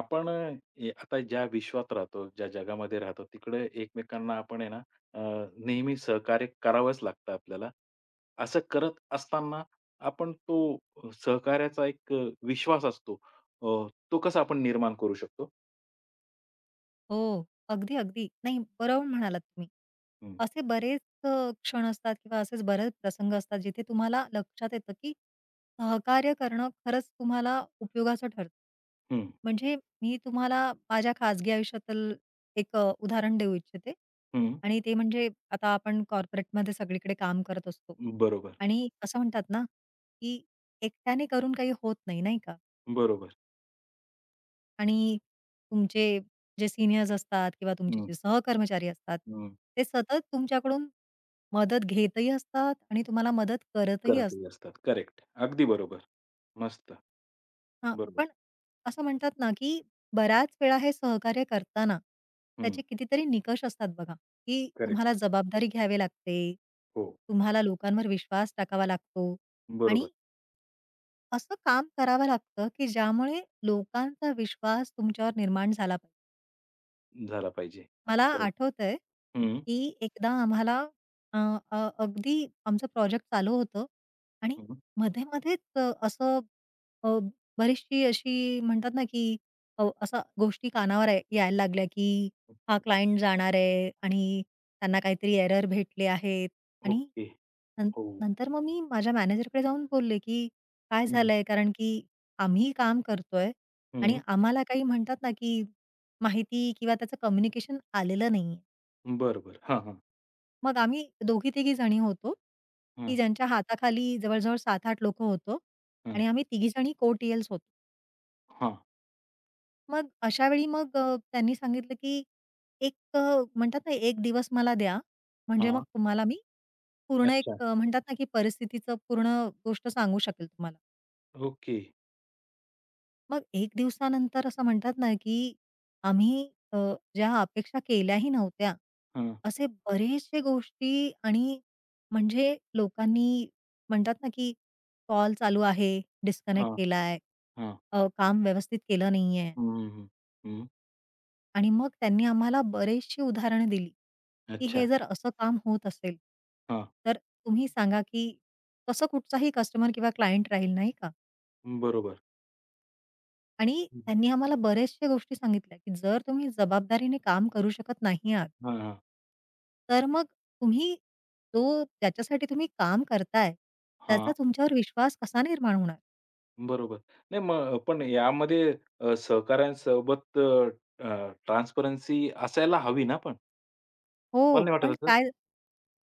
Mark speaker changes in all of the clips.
Speaker 1: आपण अ, ए आता ज्या विश्वात राहतो, ज्या जगामध्ये राहतो, तिकडे एकमेकांना आपण आहे ना अ, नेहमी सहकार्य करावंच लागतं आपल्याला. असं करत असताना आपण तो सहकार्याचा एक विश्वास असतो. तो कसा आपण निर्माण करू शकतो?
Speaker 2: हो, अगदी, अगदी. नाही, बरोबर म्हणालात तुम्ही.
Speaker 1: हं,
Speaker 2: असे बरेच क्षण असतात किंवा असेच बरेच प्रसंग असतात जिथे तुम्हाला लक्षात येतं, की सहकार्य करणं खरंच तुम्हाला उपयोगाचं ठरतं.
Speaker 1: हं,
Speaker 2: म्हणजे मी तुम्हाला माझ्या खाजगी आयुष्यातील एक उदाहरण देऊ इच्छिते
Speaker 1: हं.
Speaker 2: आणि ते म्हणजे आता आपण कॉर्पोरेटमध्ये सगळीकडे काम करत असतो
Speaker 1: बरोबर,
Speaker 2: आणि असं म्हणतात ना, की एकट्याने करून काही होत नाही, नाही का?
Speaker 1: बरोबर.
Speaker 2: आणि तुमचे जे सीनियर्स असतात किंवा तुमचे
Speaker 1: हं,
Speaker 2: जे सहकर्मचारी असतात,
Speaker 1: हं.
Speaker 2: ते सतत तुमच्याकडून मदत घेतही असतात आणि तुम्हाला मदत करतही असतात.
Speaker 1: करतही असतात. करेक्ट. अगदी बरोबर. मस्त.
Speaker 2: हां, पण
Speaker 1: बरोबर.
Speaker 2: असं म्हणतात ना, की बऱ्याच वेळा हे सहकार्य करताना
Speaker 1: हं.
Speaker 2: त्याचे कितीतरी निकष असतात बघा, की
Speaker 1: करेक्ट.
Speaker 2: तुम्हाला जबाबदारी घ्यावी लागते,
Speaker 1: हो.
Speaker 2: तुम्हाला लोकांवर विश्वास टाकावा लागतो आणि
Speaker 1: बरोबर.
Speaker 2: असं काम करावं लागतं, की ज्यामुळे लोकांचा विश्वास तुमच्यावर निर्माण झाला पाहिजे.
Speaker 1: झाला पाहिजे.
Speaker 2: मला
Speaker 1: करेक्ट.
Speaker 2: आठवतंय,
Speaker 1: हं,
Speaker 2: की एकदा आम्हाला अ, अ, अगदी आमचं प्रोजेक्ट चालू होतं आणि
Speaker 1: हं.
Speaker 2: मध्ये-मध्येच असं अ, बरीचशी अशी म्हणतात ना, की अशा गोष्टी कानावर यायला लागल्या, की हा क्लायंट जाणार आहे आणि त्यांना काहीतरी एरर भेटले आहेत आणि
Speaker 1: ओके.
Speaker 2: नं
Speaker 1: हो.
Speaker 2: नंतर मग मी माझ्या मॅनेजरकडे जाऊन बोलले, की "काय
Speaker 1: हं,
Speaker 2: झालंय?" कारण की आम्ही काम करतोय आणि
Speaker 1: हं.
Speaker 2: आम्हाला काही म्हणतात ना, की माहिती किंवा त्याचं कम्युनिकेशन आलेलं नाहीये.
Speaker 1: बरं, बरं. हां, हां.
Speaker 2: मग आम्ही दोघी-तिघी जणी होतो,
Speaker 1: हां,
Speaker 2: की ज्यांच्या हाताखाली जवळ-जवळ 7-8 लोकं होतो
Speaker 1: हां.
Speaker 2: आणि आम्ही तिघी जणी को-टी-एल्स होतो.
Speaker 1: हां,
Speaker 2: मग अशा वेळी मग त्यांनी सांगितलं, की एक म्हणतात ना, 1 दिवस मला द्या, म्हणजे मग
Speaker 1: हां.
Speaker 2: तुम्हाला मी पूर्ण एक
Speaker 1: अच्छा.
Speaker 2: म्हणतात ना, की परिस्थितीचं पूर्ण गोष्ट सांगू शकेल तुम्हाला.
Speaker 1: ओके.
Speaker 2: मग 1 दिवसानंतर असं म्हणतात ना, की आम्ही ज्या अपेक्षा केल्याही नव्हत्या,
Speaker 1: हां,
Speaker 2: असे बरेचसे गोष्टी आणि म्हणजे लोकांनी म्हणतात ना, की कॉल चालू आहे,
Speaker 1: हां,
Speaker 2: डिस्कनेक्ट केलाय,
Speaker 1: हां.
Speaker 2: काम व्यवस्थित केलं नाहीये.
Speaker 1: हं, हं, हं.
Speaker 2: आणि मग त्यांनी आम्हाला बरीचशी उदाहरणं दिली, की
Speaker 1: अच्छा.
Speaker 2: हे जर असं काम होत असेल,
Speaker 1: हां.
Speaker 2: तर तुम्ही सांगा, की तसं कुठचाही कस्टमर किंवा क्लायंट राहील, नाही का?
Speaker 1: बरोबर.
Speaker 2: आणि
Speaker 1: हं.
Speaker 2: त्यांनी आम्हाला बऱ्याचशा गोष्टी सांगितल्या, की जर तुम्ही जबाबदारीने काम करू शकत नाही आहात,
Speaker 1: हां, हां.
Speaker 2: तर मग तुम्ही तो ज्याच्यासाठी तुम्ही काम करताय,
Speaker 1: हां.
Speaker 2: त्याचा तुमच्यावर विश्वास कसा निर्माण होणार?
Speaker 1: बरोबर. नाही मग पण यामध्ये सहकाऱ्यांसोबत ट्रान्सपरन्सी असायला हवी ना पण?
Speaker 2: हो,
Speaker 1: तुम्हाला नाही
Speaker 2: पण
Speaker 1: वाटत असं?
Speaker 2: काय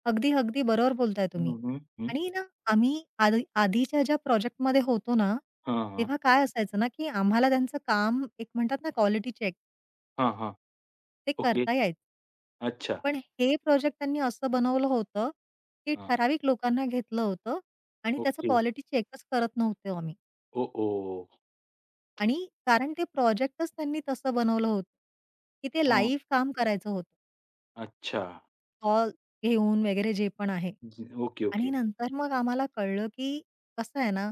Speaker 2: अगदी, अगदी बरोबर बोलताय
Speaker 1: हं,
Speaker 2: तुम्ही.
Speaker 1: हं, हं.
Speaker 2: आणि ना आम्ही आधीच्या ज्या प्रोजेक्टमध्ये होतो ना,
Speaker 1: हां, हां.
Speaker 2: तेव्हा काय असायचं ना, की आम्हाला त्यांचं काम एक म्हणतात ना क्वालिटी चेक
Speaker 1: हां, हां.
Speaker 2: ते
Speaker 1: ओके.
Speaker 2: करता यायचं.
Speaker 1: अच्छा.
Speaker 2: पण हे प्रोजेक्ट त्यांनी असं बनवलं होतं, की
Speaker 1: हां.
Speaker 2: ठराविक लोकांना घेतलं होतं आणि त्याचं
Speaker 1: ओके.
Speaker 2: क्वालिटी चेकच करत नव्हतो आम्ही.
Speaker 1: ओ, ओह!
Speaker 2: आणि कारण ते प्रोजेक्टच त्यांनी तसं बनवलं होतं, की ते
Speaker 1: हां.
Speaker 2: लाईव्ह काम करायचं होतं.
Speaker 1: अच्छा.
Speaker 2: स्टॉल घेऊन वगैरे जे पण आहे.
Speaker 1: ओके,
Speaker 2: आणि
Speaker 1: ओके.
Speaker 2: नंतर मग आम्हाला कळलं, की कसं आहे ना,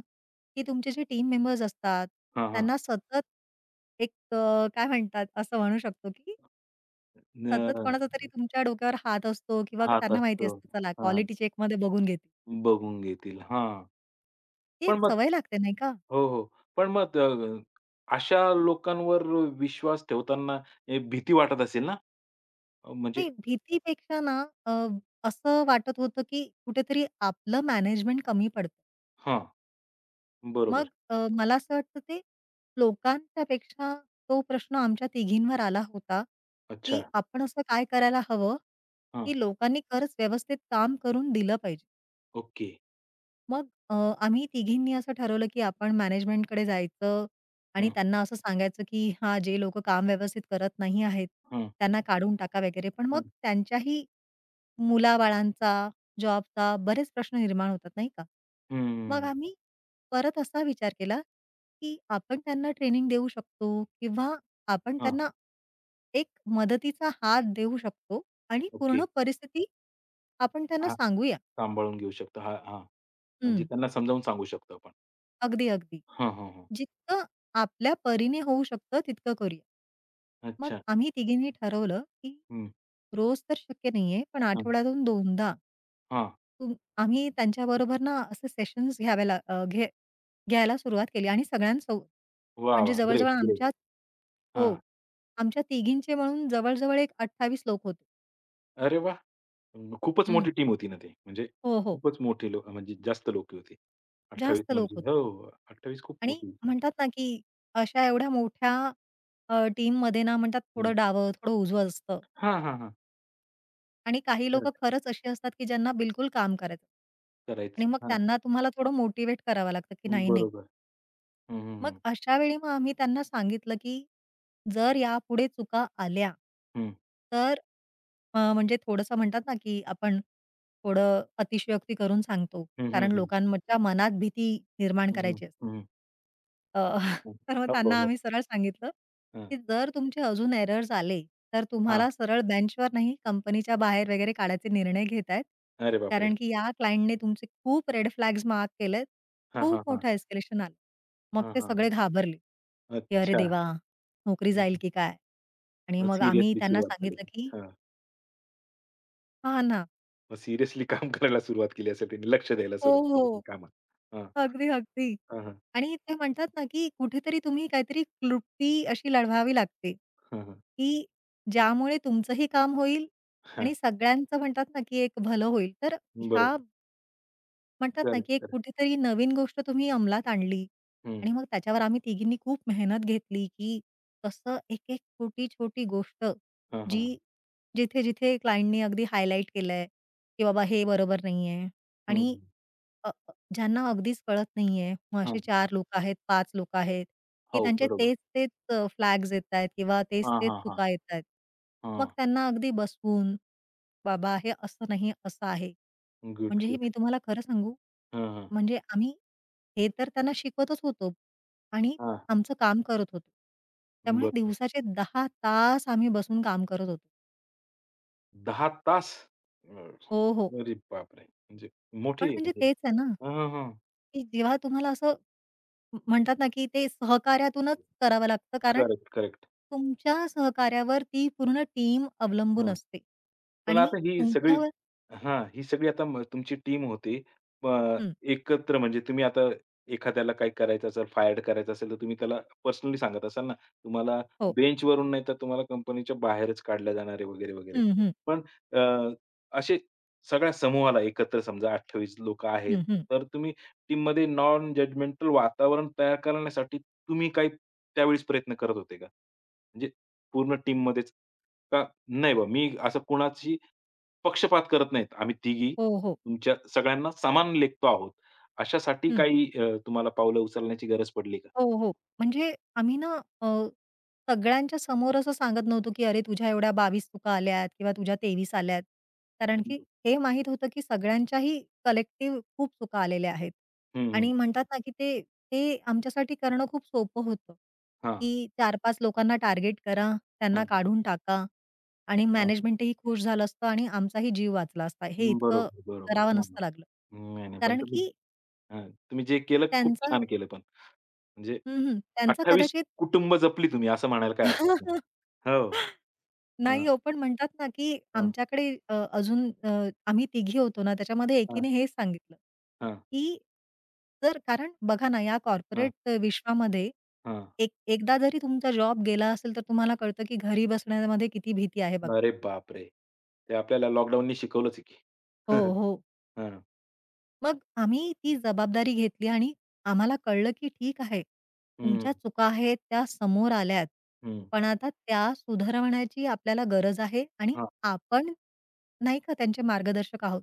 Speaker 2: की तुमचे जे टीम मेंबर्स असतात,
Speaker 1: हां, हां.
Speaker 2: त्यांना सतत एक काय म्हणतात असं म्हणू शकतो, की सतत
Speaker 1: न
Speaker 2: कोणाचा तरी तुमच्या डोक्यावर हात असतो किंवा
Speaker 1: हात
Speaker 2: त्यांना माहिती
Speaker 1: असतो.
Speaker 2: असतं, चला
Speaker 1: हां,
Speaker 2: क्वालिटी चेकमध्ये बघून घेते.
Speaker 1: बघून घेतील. हां.
Speaker 2: ती
Speaker 1: पण
Speaker 2: एक
Speaker 1: मग
Speaker 2: सवय लागते नाही का?
Speaker 1: हो, हो. पण मग अशा लोकांवर विश्वास ठेवताना भीती वाटत असेल ना? म्हणजे
Speaker 2: नाही भीतीपेक्षा ना अ, असं वाटत होतं, की कुठेतरी आपलं मॅनेजमेंट कमी पडतं.
Speaker 1: हां,
Speaker 2: मग
Speaker 1: बरोबर.
Speaker 2: मला असं वाटतं ते लोकांच्या पेक्षा तो प्रश्न आमच्या तिघींवर आला होता,
Speaker 1: अच्छा.
Speaker 2: की आपण असं काय करायला हवं,
Speaker 1: हां,
Speaker 2: की लोकांनी खरंच व्यवस्थित काम करून दिलं पाहिजे.
Speaker 1: ओके.
Speaker 2: मग आम्ही तिघींनी असं ठरवलं, की आपण मॅनेजमेंटकडे जायचं आणि
Speaker 1: हं,
Speaker 2: त्यांना असं सांगायचं, की हां, जे लोकं काम व्यवस्थित करत नाही आहेत,
Speaker 1: हं,
Speaker 2: त्यांना काढून टाका वगैरे. पण मग
Speaker 1: हं.
Speaker 2: त्यांच्याही मुलाबाळांचा, जॉबचा बरेच प्रश्न निर्माण होतात, नाही का? मग
Speaker 1: हं.
Speaker 2: आम्ही परत असा विचार केला, की आपण त्यांना ट्रेनिंग देऊ शकतो किंवा आपण
Speaker 1: हां,
Speaker 2: त्यांना एक मदतीचा हात देऊ शकतो आणि
Speaker 1: ओके.
Speaker 2: पूर्ण परिस्थिती आपण त्यांना
Speaker 1: हां,
Speaker 2: सांगूया.
Speaker 1: सांभाळून घेऊ शकतो. हां, हां.
Speaker 2: हं,
Speaker 1: म्हणजे त्यांना समजावून सांगू शकतो आपण.
Speaker 2: अगदी, अगदी.
Speaker 1: हां, हां, हां.
Speaker 2: जितकं आपल्या परीने होऊ शकतं तितकं करूया. मग
Speaker 1: अच्छा.
Speaker 2: आम्ही तिघींनी ठरवलं, की
Speaker 1: हं,
Speaker 2: रोज तर शक्य नाहीये, पण
Speaker 1: हं.
Speaker 2: आठवड्यातून 2दा
Speaker 1: हां.
Speaker 2: तुम आम्ही त्यांच्याबरोबर ना असे सेशन्स घ्यावे ला अ, घे घ्यायला सुरुवात केली आणि
Speaker 1: वाह,
Speaker 2: म्हणजे
Speaker 1: वाह! ग्रेट,
Speaker 2: जवळ-जवळ
Speaker 1: ग्रेट.
Speaker 2: आमच्याच
Speaker 1: हां.
Speaker 2: हो. आमच्या तिघींचे म्हणून जवळ एक 28 लोक होते.
Speaker 1: अरे वाह! अं, खूपच
Speaker 2: हं.
Speaker 1: मोठी टीम होती ना ती. म्हणजे
Speaker 2: हो, हो.
Speaker 1: खूपच मोठे लोक म्हणजे जास्त लोकं होती. 28
Speaker 2: जास्त लोक
Speaker 1: म्हणजे
Speaker 2: होते
Speaker 1: हो, 28 खूप
Speaker 2: आणि
Speaker 1: मोठी संख्या.
Speaker 2: म्हणतात ना, की अशा एवढ्या मोठ्या टीममध्ये ना म्हणतात
Speaker 1: हं.
Speaker 2: थोडं डावं, थोडं उजवं असतं.
Speaker 1: हां, हां, हां.
Speaker 2: आणि काही लोकं
Speaker 1: करेक्ट.
Speaker 2: खरंच अशी असतात, की ज्यांना बिलकुल काम करायचं आणि
Speaker 1: करायचं.
Speaker 2: मग
Speaker 1: हां.
Speaker 2: त्यांना तुम्हाला थोडं मोटिवेट करावं लागतं, की नाही, नाही.
Speaker 1: बरोबर. हं, हं,
Speaker 2: मग
Speaker 1: हं.
Speaker 2: अशा वेळी मग आम्ही त्यांना सांगितलं, की जर यापुढे चुका आल्या,
Speaker 1: हं.
Speaker 2: तर म्हणजे थोडंसं म्हणतात ना, की आपण थोडं अतिशयोक्ती करून सांगतो.
Speaker 1: हं, हं,
Speaker 2: कारण
Speaker 1: हं.
Speaker 2: लोकांच्या मनात भीती निर्माण
Speaker 1: हं,
Speaker 2: करायची असते.
Speaker 1: हं,
Speaker 2: अ, तर मग
Speaker 1: हो, हो,
Speaker 2: त्यांना
Speaker 1: हो.
Speaker 2: आम्ही सरळ सांगितलं,
Speaker 1: हां,
Speaker 2: की जर तुमचे अजून एरर्स आले, तर
Speaker 1: हां.
Speaker 2: तुम्हाला सरळ बेंचवर नाही, कंपनीच्या बाहेर वगैरे काढायचे निर्णय घेतायत.
Speaker 1: अरे बापरे!
Speaker 2: कारण की या क्लायंटने तुमचे खूप रेड फ्लॅग्स मार्क केलेत.
Speaker 1: हां,
Speaker 2: खूप
Speaker 1: हां, हां.
Speaker 2: मोठं एस्केलेशन आलं. मग
Speaker 1: हां,
Speaker 2: ते
Speaker 1: हां, हां.
Speaker 2: सगळे घाबरले, की "अरे
Speaker 1: अच्छा.
Speaker 2: देवा! नोकरी
Speaker 1: हं,
Speaker 2: जाईल की काय?" आणि
Speaker 1: मग
Speaker 2: मग आम्ही
Speaker 1: सिरियसली
Speaker 2: त्यांना
Speaker 1: सुरुवात झाली.
Speaker 2: सांगितलं, की
Speaker 1: हां.
Speaker 2: "हां ना."
Speaker 1: मग सिरियसली काम करायला सुरुवात केली असेल त्यांनी. लक्ष द्यायला
Speaker 2: हो,
Speaker 1: सुरुवात केली असेल
Speaker 2: हो.
Speaker 1: कामात. हां.
Speaker 2: अगदी, अगदी.
Speaker 1: हां, हां.
Speaker 2: आणि ते म्हणतात ना, की कुठेतरी तुम्ही काहीतरी क्लृप्ती अशी लढवावी लागते,
Speaker 1: हां, हां.
Speaker 2: की ज्यामुळे तुमचंही काम होईल आणि सगळ्यांचं म्हणतात ना, की एक भलं होईल. तर
Speaker 1: बरोबर.
Speaker 2: ह्या म्हणतात ना,
Speaker 1: करेक्ट,
Speaker 2: की एक
Speaker 1: करेक्ट.
Speaker 2: कुठेतरी नवीन गोष्ट तुम्ही अंमलात आणली
Speaker 1: हं.
Speaker 2: आणि मग त्याच्यावर आम्ही तिघींनी खूप मेहनत घेतली, की कसं एक-एक छोटी-छोटी गोष्ट
Speaker 1: हां,
Speaker 2: जी
Speaker 1: हां.
Speaker 2: जिथे-जिथे क्लायंटनी अगदी हायलाइट केलंय, की बाबा हे बरोबर नाहीये आणि
Speaker 1: हं,
Speaker 2: अ, अ, ज्यांना अगदीच कळत नाहीये, मग असे
Speaker 1: हां.
Speaker 2: 4 लोकं आहेत, 5 लोकं आहेत, की
Speaker 1: हो,
Speaker 2: त्यांचे
Speaker 1: बरोबर.
Speaker 2: तेच-तेच फ्लॅग्स येतायत किंवा
Speaker 1: हां,
Speaker 2: तेच-तेच
Speaker 1: हां, हां.
Speaker 2: चुका येतायत. मग
Speaker 1: हां.
Speaker 2: त्यांना अगदी बसवून, "बाबा हे असं नाही, असं आहे."
Speaker 1: गुड,
Speaker 2: म्हणजे हे
Speaker 1: गुड.
Speaker 2: मी तुम्हाला खरं सांगू,
Speaker 1: हां, हां.
Speaker 2: म्हणजे आम्ही हे तर त्यांना शिकवतच होतो आणि
Speaker 1: हां.
Speaker 2: आमचं काम करत होतो. त्यामुळे
Speaker 1: बरोबर.
Speaker 2: दिवसाचे 10 तास आम्ही बसून काम करत होतो.
Speaker 1: 10 तास? अं,
Speaker 2: हो, हो.
Speaker 1: अरे बापरे! म्हणजे मोठी
Speaker 2: पण
Speaker 1: आहे
Speaker 2: म्हणजे
Speaker 1: म्हणजे.
Speaker 2: तेच आहे ना,
Speaker 1: हां, हां, हां.
Speaker 2: की जेव्हा तुम्हाला असं म्हणतात ना, की ते सहकार्यातूनच करावं लागतं कारण
Speaker 1: करेक्ट, करेक्ट.
Speaker 2: तुमच्या सहकार्यावर ती पूर्ण टीम अवलंबून असते
Speaker 1: पण
Speaker 2: आणि
Speaker 1: आता ही सगळी
Speaker 2: तुमच्यावर
Speaker 1: हां, ही सगळी आता म तुमची टीम होती. अ,
Speaker 2: हं,
Speaker 1: एकत्र म्हणजे तुम्ही आता एखाद्याला काही करायचं असेल, फायर्ड करायचं असेल, तर तुम्ही त्याला पर्सनली सांगत असाल ना, तुम्हाला
Speaker 2: हो.
Speaker 1: बेंचवरून नाही तर तुम्हाला कंपनीच्या बाहेरच काढलं जाणार आहे वगैरे, वगैरे.
Speaker 2: हं, हं.
Speaker 1: पण अ, असे सगळ्या समूहाला एकत्र समजा 28 लोकं आहेत,
Speaker 2: हं, हं.
Speaker 1: तर तुम्ही टीममध्ये नॉन जजमेंटल वातावरण तयार करण्यासाठी तुम्ही काही त्यावेळेस प्रयत्न करत होते का? म्हणजे पूर्ण टीममध्येच? का नाही बा, मी असं कोणाची पक्षपात करत नाहीत. आम्ही तिघी
Speaker 2: हो, हो.
Speaker 1: तुमच्या सगळ्यांना समान लेखतो आहोत. अशासाठी काही तुम्हाला पावलं उचलण्याची गरज पडली का?
Speaker 2: हो, हो. म्हणजे आम्ही ना अ, सगळ्यांच्या समोर असं सांगत नव्हतो, की "अरे, तुझ्या एवढ्या 22 चुका आल्यात किंवा तुझ्या 23 आल्यात." कारण की हे माहीत होतं, की सगळ्यांच्याही कलेक्टिव्ह खूप चुका आलेल्या आहेत.
Speaker 1: हं, हं.
Speaker 2: आणि म्हणतात ना, की ते ते आमच्यासाठी करणं खूप सोपं होतं,
Speaker 1: हां,
Speaker 2: की 4-5 लोकांना टार्गेट करा,
Speaker 1: हां,
Speaker 2: त्यांना काढून टाका आणि
Speaker 1: हां.
Speaker 2: मॅनेजमेंटही खुश झालं असतं आणि आमचाही जीव वाचला असता. हे इतकं
Speaker 1: बरोबर, बरोबर.
Speaker 2: करावं
Speaker 1: हां,
Speaker 2: नसतं लागलं.
Speaker 1: हां. नाही, नाही. पण
Speaker 2: कारण
Speaker 1: तुम्ही
Speaker 2: की
Speaker 1: हां, तुम्ही जे केलं खूप
Speaker 2: त्यांचा
Speaker 1: छान केलं पण. म्हणजे
Speaker 2: हं, हं. त्यांचा
Speaker 1: 28
Speaker 2: कदाचित
Speaker 1: कुटुंब जपली तुम्ही असं म्हणायला काही हरकत नाही. हो.
Speaker 2: नाही
Speaker 1: हां,
Speaker 2: हो, पण म्हणतात ना, की
Speaker 1: हां,
Speaker 2: आमच्याकडे आम्ही तिघी होतो ना, त्याच्यामध्ये
Speaker 1: हां,
Speaker 2: एकीने हे सांगितलं,
Speaker 1: हां,
Speaker 2: की जर कारण बघा ना, या
Speaker 1: हां,
Speaker 2: कॉर्पोरेट विश्वामध्ये
Speaker 1: हां.
Speaker 2: एकदा जरी तुमचा जॉब गेला असेल, तर तुम्हाला कळतं, की घरी बसण्यामध्ये किती भीती आहे बघा.
Speaker 1: अरे बापरे! ते आपल्याला लॉकडाऊननी शिकवलंच आहे की.
Speaker 2: हो, हो.
Speaker 1: हां,
Speaker 2: मग आम्ही ती जबाबदारी घेतली आणि आम्हाला कळलं, की ठीक आहे,
Speaker 1: हं,
Speaker 2: तुमच्या चुका आहेत त्या समोर आल्यात.
Speaker 1: हं.
Speaker 2: पण आता त्या सुधारवण्याची आपल्याला गरज आहे आणि
Speaker 1: हां.
Speaker 2: आपण नाही का त्यांचे मार्गदर्शक आहोत.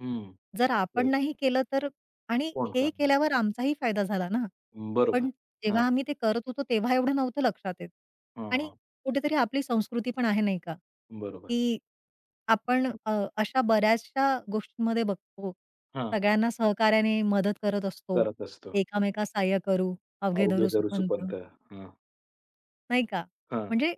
Speaker 1: हं,
Speaker 2: जर आपण
Speaker 1: करेक्ट.
Speaker 2: नाही केलं तर आणि
Speaker 1: कोण
Speaker 2: हे
Speaker 1: करणार?
Speaker 2: केल्यावर आमचाही फायदा झाला ना.
Speaker 1: हम्म, बरोबर.
Speaker 2: पण
Speaker 1: हां,
Speaker 2: जेव्हा आम्ही ते करत होतो तेव्हा एवढं नव्हतं लक्षात येत
Speaker 1: हां,
Speaker 2: आणि
Speaker 1: हां.
Speaker 2: कुठेतरी आपली संस्कृती पण आहे नाही का,
Speaker 1: बरोबर.
Speaker 2: की आपण अशा बऱ्याचशा गोष्टींमध्ये बघतो.
Speaker 1: हां,
Speaker 2: सगळ्यांना सहकार्याने मदत करत असतो.
Speaker 1: करत असतो.
Speaker 2: एकामेकास सहाय्य करू, अवघे धरू
Speaker 1: अवघे धरू
Speaker 2: सुपंथ,
Speaker 1: सुपंथ. हां,
Speaker 2: नाही का?
Speaker 1: हां.
Speaker 2: म्हणजे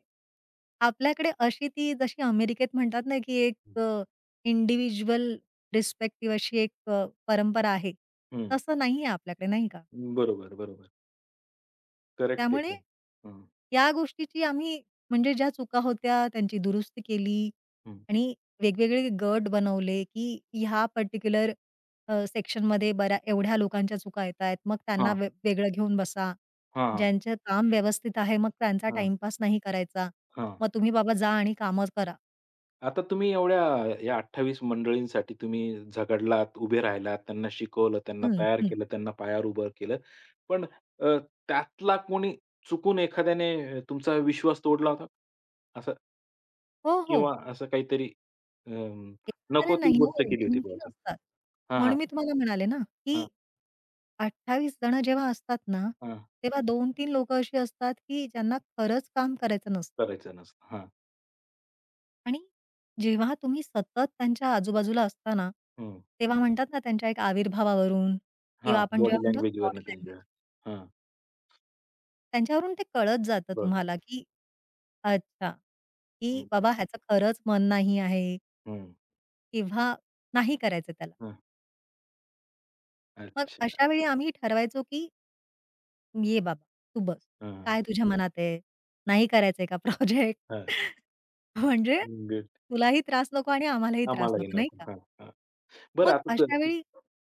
Speaker 2: आपल्याकडे अशी ती जशी अमेरिकेत म्हणतात ना, की एक इंडिव्हिज्युअल रिस्पेक्टिव्ह अशी एक परंपरा आहे.
Speaker 1: हं,
Speaker 2: तसं नाहीये आपल्याकडे, नाही का?
Speaker 1: बरोबर, बरोबर. करेक्ट
Speaker 2: त्यामुळे
Speaker 1: एकदम. हं,
Speaker 2: या गोष्टीची आम्ही म्हणजे ज्या चुका होत्या त्यांची दुरुस्ती केली
Speaker 1: हं.
Speaker 2: आणि वेगवेगळे गट बनवले, की ह्या पर्टिक्युलर सेक्शनमध्ये बऱ्या एवढ्या लोकांच्या चुका येतायत. मग त्यांना
Speaker 1: हां,
Speaker 2: वेगळं घेऊन बसा.
Speaker 1: हां,
Speaker 2: ज्यांचं काम व्यवस्थित आहे, मग त्यांचा
Speaker 1: हां,
Speaker 2: टाईमपास नाही करायचा.
Speaker 1: हां.
Speaker 2: मग तुम्ही बाबा जा आणि कामच करा.
Speaker 1: आता तुम्ही एवढ्या या 28 मंडळींसाठी तुम्ही झगडलात, उभे राहिलात, त्यांना शिकवलं, त्यांना
Speaker 2: हं,
Speaker 1: तयार
Speaker 2: हं.
Speaker 1: केलं, त्यांना पायावर उभं केलं. पण अ, त्यातला कोणी चुकून एखाद्याने तुमचा विश्वास तोडला होता? असं
Speaker 2: हो, हो.
Speaker 1: किंवा असं काहीतरी अ,
Speaker 2: एखाद्याने
Speaker 1: नको ती
Speaker 2: नाही
Speaker 1: गोष्ट
Speaker 2: हो,
Speaker 1: केली होती बुवा
Speaker 2: 2-3
Speaker 1: असं.
Speaker 2: असतात.
Speaker 1: हां, हां,
Speaker 2: म्हणून मी तुम्हाला म्हणाले ना, की
Speaker 1: हां,
Speaker 2: 28 जण जेव्हा असतात ना,
Speaker 1: हां.
Speaker 2: तेव्हा 2 तीन लोक अशी असतात, की ज्यांना खरंच काम करायचं नसतं.
Speaker 1: करायचं नसतं. हां,
Speaker 2: आणि जेव्हा तुम्ही सतत त्यांच्या आजूबाजूला असता ना,
Speaker 1: हं.
Speaker 2: तेव्हा म्हणतात ना त्यांच्या एक आविर्भावावरून
Speaker 1: हां,
Speaker 2: किंवा आपण
Speaker 1: बॉडी
Speaker 2: जेव्हा म्हणतो ना
Speaker 1: लँग्वेजवरनं
Speaker 2: बॉडी
Speaker 1: त्यांच्या
Speaker 2: लँग्वेज,
Speaker 1: हां,
Speaker 2: त्यांच्यावरून ते कळत जातं
Speaker 1: कळलं.
Speaker 2: तुम्हाला, की अच्छा,
Speaker 1: हं,
Speaker 2: की
Speaker 1: हं,
Speaker 2: बाबा ह्याचं खरंच मन नाही आहे
Speaker 1: हं,
Speaker 2: किंवा नाही करायचं त्याला.
Speaker 1: हं.
Speaker 2: मग
Speaker 1: अच्छा.
Speaker 2: अशा वेळी आम्ही ठरवायचो, की "ये बाबा, तू बस.
Speaker 1: हां,
Speaker 2: काय तुझ्या मनात आहे? नाही करायचंय का प्रोजेक्ट?"
Speaker 1: हां.
Speaker 2: म्हणजे
Speaker 1: गुड.
Speaker 2: तुलाही त्रास नको आणि आम्हालाही त्रास
Speaker 1: आम्हालाही
Speaker 2: नको, नाही
Speaker 1: नको.
Speaker 2: का?
Speaker 1: हां. बरं
Speaker 2: मग
Speaker 1: आता तर
Speaker 2: अशा वेळी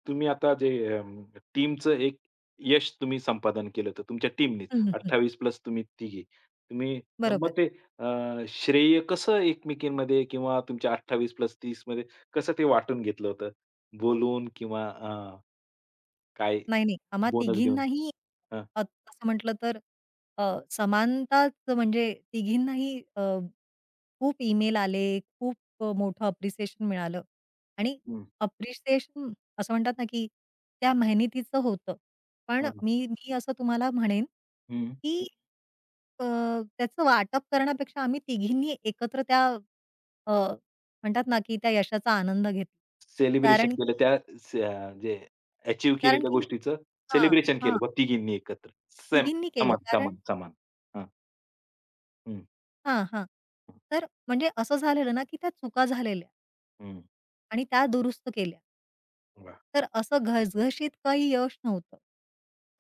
Speaker 1: तुम्ही आता जे अं, टीमचं एक यश तुम्ही संपादन केलं होतं तुमच्या टीमनीच.
Speaker 2: हं, हं, हं.
Speaker 1: 28 प्लस तुम्ही तिघी. तुम्ही
Speaker 2: बरोबर.
Speaker 1: मग ते श्रेय कसं एकमेकींमध्ये किंवा तुमच्या 28+30 मध्ये कसं ते वाटून घेतलं होतं? बोलून किंवा काय
Speaker 2: नाही, नाही. आम्हा
Speaker 1: बोनस देऊन?
Speaker 2: तिघींनाही
Speaker 1: हां.
Speaker 2: तसं म्हटलं तर अ, समानताच म्हणजे तिघींनाही अ खूप ईमेल आले, खूप मोठं अप्रिसिएशन मिळालं आणि
Speaker 1: हं.
Speaker 2: अप्रिसिएशन असं म्हणतात ना, की त्या मेहनतीचं होतं. पण
Speaker 1: हां.
Speaker 2: मी मी असं तुम्हाला म्हणेन, की अ, त्याचं वाटप करण्यापेक्षा आम्ही तिघींनी एकत्र त्या अ, म्हणतात ना, की त्या यशाचा आनंद घेतला.
Speaker 1: सेलिब्रेशन
Speaker 2: कारण
Speaker 1: केलं
Speaker 2: की
Speaker 1: त्या जे अचीव्ह
Speaker 2: कारण
Speaker 1: केलेल्या
Speaker 2: की
Speaker 1: गोष्टीचं
Speaker 2: हां,
Speaker 1: सेलिब्रेशन केलं
Speaker 2: हां.
Speaker 1: बघ तिघींनी एकत्र. सेम
Speaker 2: तिघींनी केलं
Speaker 1: समान,
Speaker 2: कारण
Speaker 1: समान, समान. हां. हं.
Speaker 2: हां, हां. तर म्हणजे असं झालेलं ना, की त्या चुका झालेल्या.
Speaker 1: हं.
Speaker 2: आणि त्या दुरुस्त केल्या.
Speaker 1: वाह!
Speaker 2: तर असं घसघशीत काही यश नव्हतं.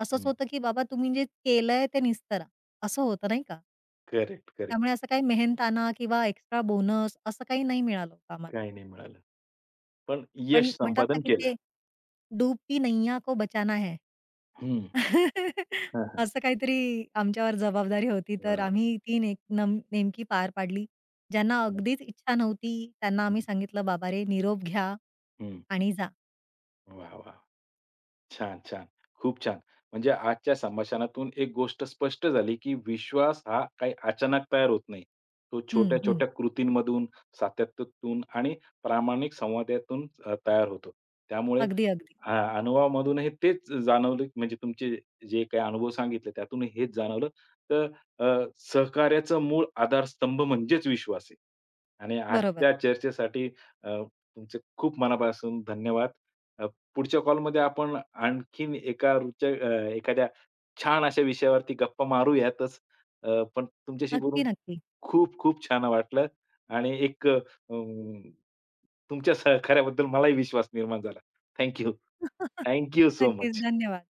Speaker 2: असंच
Speaker 1: हं.
Speaker 2: होतं, की बाबा तुम्ही जे केलंय ते निस्तरा, असं होतं नाही का?
Speaker 1: Correct, correct.
Speaker 2: त्यामुळे असं काही मेहनताना किंवा एक्स्ट्रा बोनस असं काही नाही मिळालं होतं आम्हाला.
Speaker 1: काही नाही मिळालं. पण
Speaker 2: पण
Speaker 1: यश
Speaker 2: म्हणतात ना,
Speaker 1: संपादन
Speaker 2: की
Speaker 1: केलं.
Speaker 2: ते डूबती नैया को बचाना है.
Speaker 1: हं. हां, हां.
Speaker 2: असं काहीतरी आमच्यावर जबाबदारी होती. तर
Speaker 1: वाह!
Speaker 2: आम्ही ती ने नम नेमकी पार पाडली. ज्यांना
Speaker 1: वाह!
Speaker 2: अगदीच इच्छा नव्हती त्यांना
Speaker 1: हं,
Speaker 2: आम्ही सांगितलं, "बाबा रे निरोप घ्या
Speaker 1: हं.
Speaker 2: आणि जा."
Speaker 1: वाह! वाह! छान, छान. खूप छान. म्हणजे आजच्या संभाषणातून एक गोष्ट स्पष्ट झाली, की विश्वास हा काही अचानक तयार होत नाही. तो
Speaker 2: हं, हं.
Speaker 1: छोट्या-छोट्या कृतींमधून, सातत्यातून आणि प्रामाणिक संवादातून तयार होतो. त्यामुळे
Speaker 2: अगदी, अगदी.
Speaker 1: हां, अनुभवामधूनही तेच जाणवलं, म्हणजे तुमचे जे काही अनुभव सांगितले त्यातून हेच जाणवलं, तर अ, सहकार्याचा मूळ आधारस्तंभ म्हणजेच विश्वास आहे. आणि
Speaker 2: बरोबर.
Speaker 1: आजच्या चर्चेसाठी अ, तुमचे खूप मनापासून धन्यवाद. अ, पुढच्या कॉलमध्ये आपण आणखीन एका रोजच्या एखाद्या छान अशा विषयावरती गप्पा मारूयातच. पण तुमच्याशी
Speaker 2: नक्की,
Speaker 1: बोलून
Speaker 2: नक्की.
Speaker 1: खूप खूप छान वाटलं आणि एक तुमच्या सहकार्याबद्दल मलाही विश्वास निर्माण झाला. थँक थँक यू सो
Speaker 2: नक्कीच.
Speaker 1: मच.
Speaker 2: धन्यवाद.